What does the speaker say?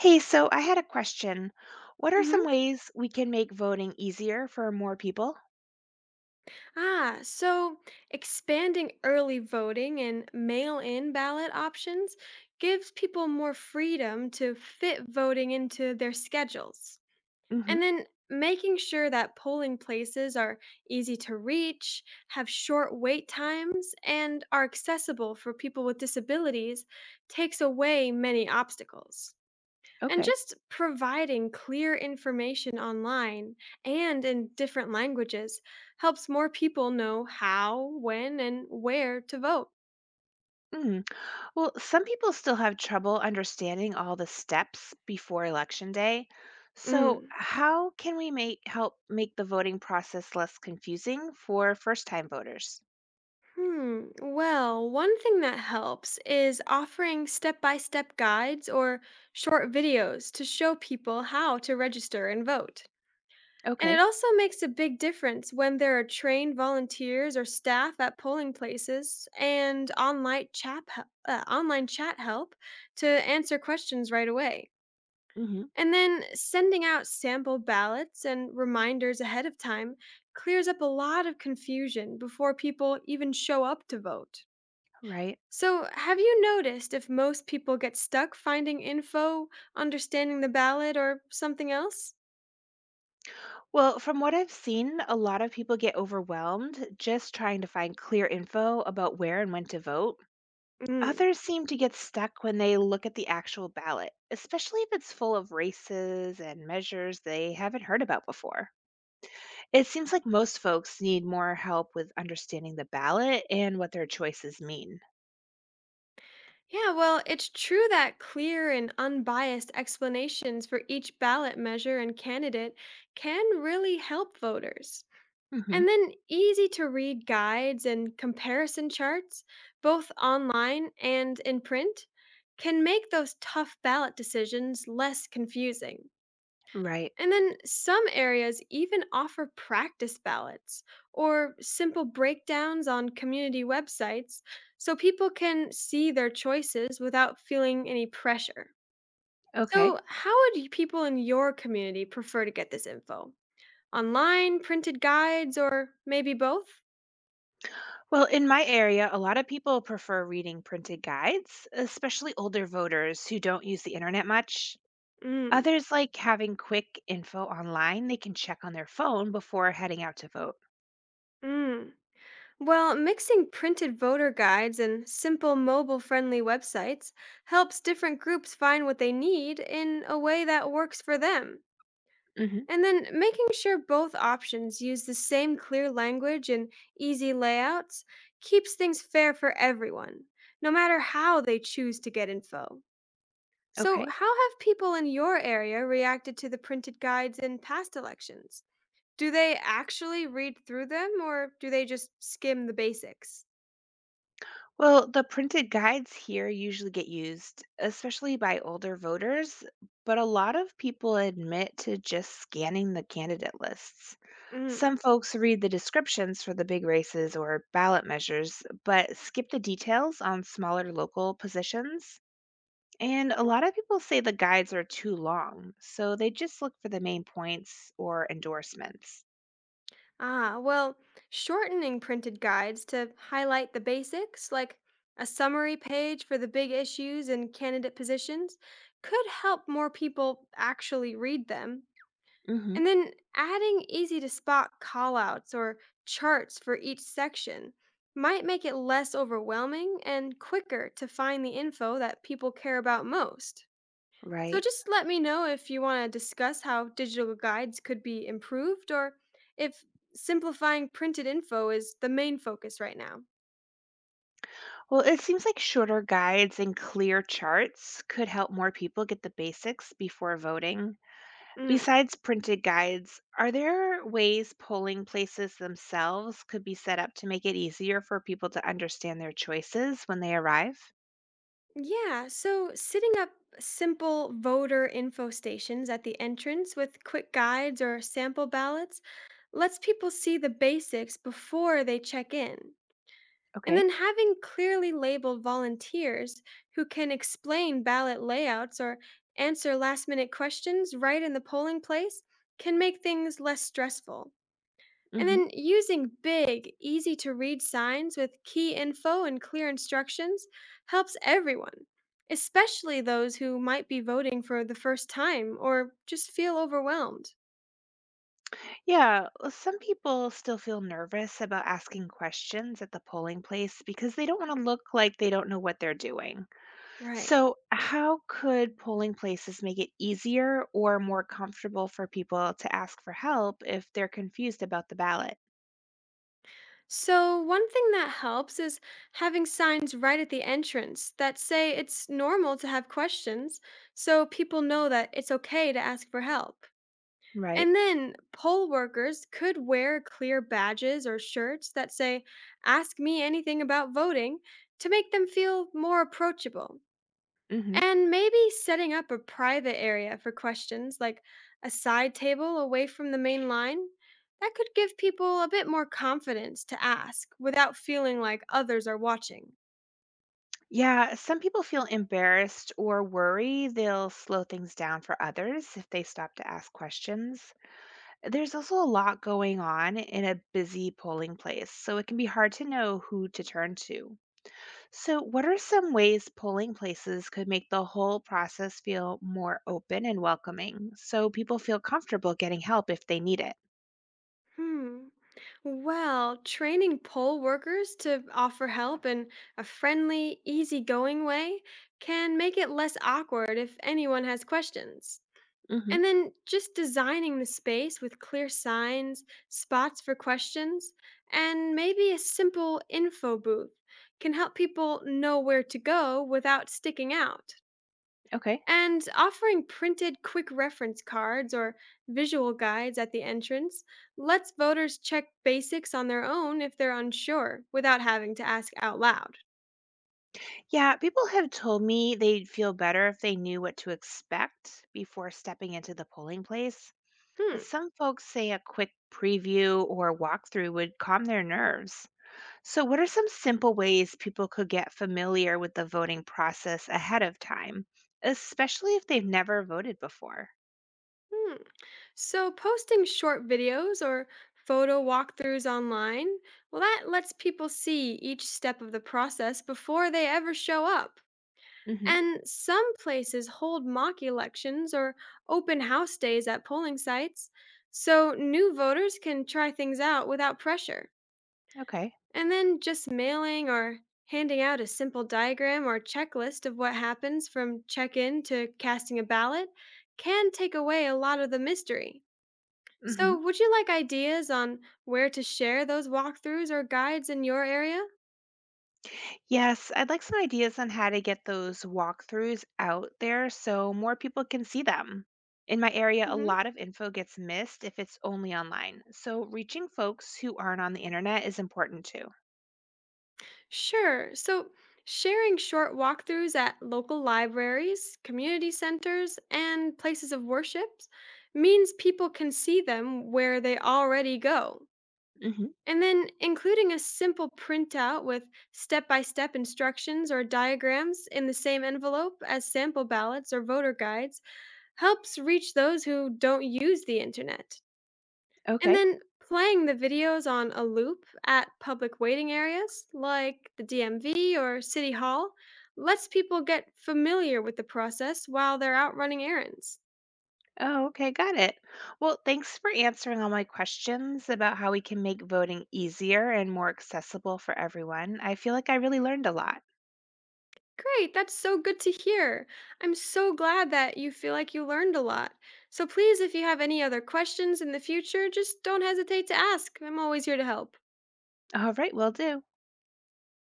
Hey, so I had a question. What are some hmm ways we can make voting easier for more people? so expanding early voting and mail in ballot options gives people more freedom to fit voting into their schedules. Hmm. And then making sure that polling places are easy to reach, have short wait times, and are accessible for people with disabilities takes away many obstacles. And Okay. just providing clear information online and in different languages helps more people know how, when, and where to vote. Mm. Well, some people still have trouble understanding all the steps before election day. So, Mm. how can we make help make the voting process less confusing for first-time voters? Hmm. Well, one thing that helps is offering step by step guides or short videos to show people how to register and vote. And it Okay. also makes a big difference when there are trained volunteers or staff at polling places and online chat help to answer questions right away. Hmm. And then sending out sample ballots and reminders ahead of time clears up a lot of confusion before people even show up to vote. Right. So, have you noticed if most people get stuck finding info, understanding the ballot, or something else? Well, from what I've seen, a lot of people get overwhelmed just trying to find clear info about where and when to vote. Mm. Others seem to get stuck when they look at the actual ballot, especially if it's full of races and measures they haven't heard about before. It seems like most folks need more help with understanding the ballot and what their choices mean. Yeah, well, it's true that clear and unbiased explanations for each ballot measure and candidate can really help voters. Hmm. And then easy to read guides and comparison charts, both online and in print, can make those tough ballot decisions less confusing. Right. And then some areas even offer practice ballots or simple breakdowns on community websites so people can see their choices without feeling any pressure. Okay. So, people in your community prefer to get this info? Online, printed guides, or maybe both? Well, in my area, a lot of people prefer reading printed guides, especially older voters who don't use the internet much. Mm, Others like having quick info online they can check on their phone before heading out to vote. mm. Well, mixing printed voter guides and simple mobile friendly websites helps different groups find what they need in a way that works for them. Hmm. And then making sure both options use the same clear language and easy layouts keeps things fair for everyone, no matter how they choose to get info. So, Okay. how have people in your area reacted to the printed guides in past elections? Do they actually read through them or do they just skim the basics? Well, the printed guides here usually get used, especially by older voters, but a lot of people admit to just scanning the candidate lists. Mhm. Some folks read the descriptions for the big races or ballot measures, but skip the details on smaller local positions. And a lot of people say the guides are too long, so they just look for the main points or endorsements. Well, shortening printed guides to highlight the basics, like a summary page for the big issues and candidate positions, could help more people actually read them. Hmm. And then adding easy to spot callouts or charts for each section might make it less overwhelming and quicker to find the info that people care about most. So Right. just let me know if you want to discuss how digital guides could be improved or if simplifying printed info is the main focus right now. Well, it seems like shorter guides and clear charts could help more people get the basics before voting. Mm. Besides printed guides, are there ways polling places themselves could be set up to make it easier for people to understand their choices when they arrive? Yeah, so setting up simple voter info stations at the entrance with quick guides or sample ballots lets people see the basics before they check in. And Okay. then having clearly labeled volunteers who can explain ballot layouts or answer last minute questions right in the polling place can make things less stressful. And Hmm. then using big, easy to read signs with key info and clear instructions helps everyone, especially those who might be voting for the first time or just feel overwhelmed. Yeah, well, some people still feel nervous about asking questions at the polling place because they don't want to look like they don't know what they're doing. Right. So, how could polling places make it easier or more comfortable for people to ask for help if they're confused about the ballot? So, one thing that helps is having signs right at the entrance that say it's normal to have questions so people know that it's okay to ask for help. Right. And then poll workers could wear clear badges or shirts that say, "Ask me anything about voting," to make them feel more approachable. Hmm. And maybe setting up a private area for questions, like a side table away from the main line, that could give people a bit more confidence to ask without feeling like others are watching. Yeah, some people feel embarrassed or worry they'll slow things down for others if they stop to ask questions. There's also a lot going on in a busy polling place, so it can be hard to know who to turn to. So, what are some ways polling places could make the whole process feel more open and welcoming so people feel comfortable getting help if they need it? Hmm. Well, training poll workers to offer help in a friendly, easygoing way can make it less awkward if anyone has questions. Hmm. And then just designing the space with clear signs, spots for questions, and maybe a simple info booth can help people know where to go without sticking out. Okay. And offering printed quick reference cards or visual guides at the entrance lets voters check basics on their own if they're unsure without having to ask out loud. Yeah, people have told me they'd feel better if they knew what to expect before stepping into the polling place. And Hmm, some folks say a quick preview or walkthrough would calm their nerves. So, what are some simple ways people could get familiar with the voting process ahead of time, especially if they've never voted before? hmm. So, posting short videos or photo walkthroughs online, well, that lets people see each step of the process before they ever show up. Mhm. And some places hold mock elections or open house days at polling sites, so new voters can try things out without pressure. Okay. And then just mailing or handing out a simple diagram or checklist of what happens from check in to casting a ballot can take away a lot of the mystery. So, Mhm. would you like ideas on where to share those walkthroughs or guides in your area? Yes, I'd like some ideas on how to get those walkthroughs out there so more people can see them. In my area, a hmm lot of info gets missed if it's only online. So reaching folks who aren't on the internet is important too. Sure. So, sharing short walkthroughs at local libraries, community centers, and places of worship means people can see them where they already go. Hmm. And then including a simple printout with step by step instructions or diagrams in the same envelope as sample ballots or voter guides helps reach those who don't use the internet. And Okay. then playing the videos on a loop at public waiting areas like the DMV or City Hall lets people get familiar with the process while they're out running errands. Oh, okay. Got it. Well, thanks for answering all my questions about how we can make voting easier and more accessible for everyone. I feel like I really learned a lot. Great, that's so good to hear. I'm so glad that you feel like you learned a lot. So please, if you have any other questions in the future, just don't hesitate to ask. I'm always here to help. All right, will do.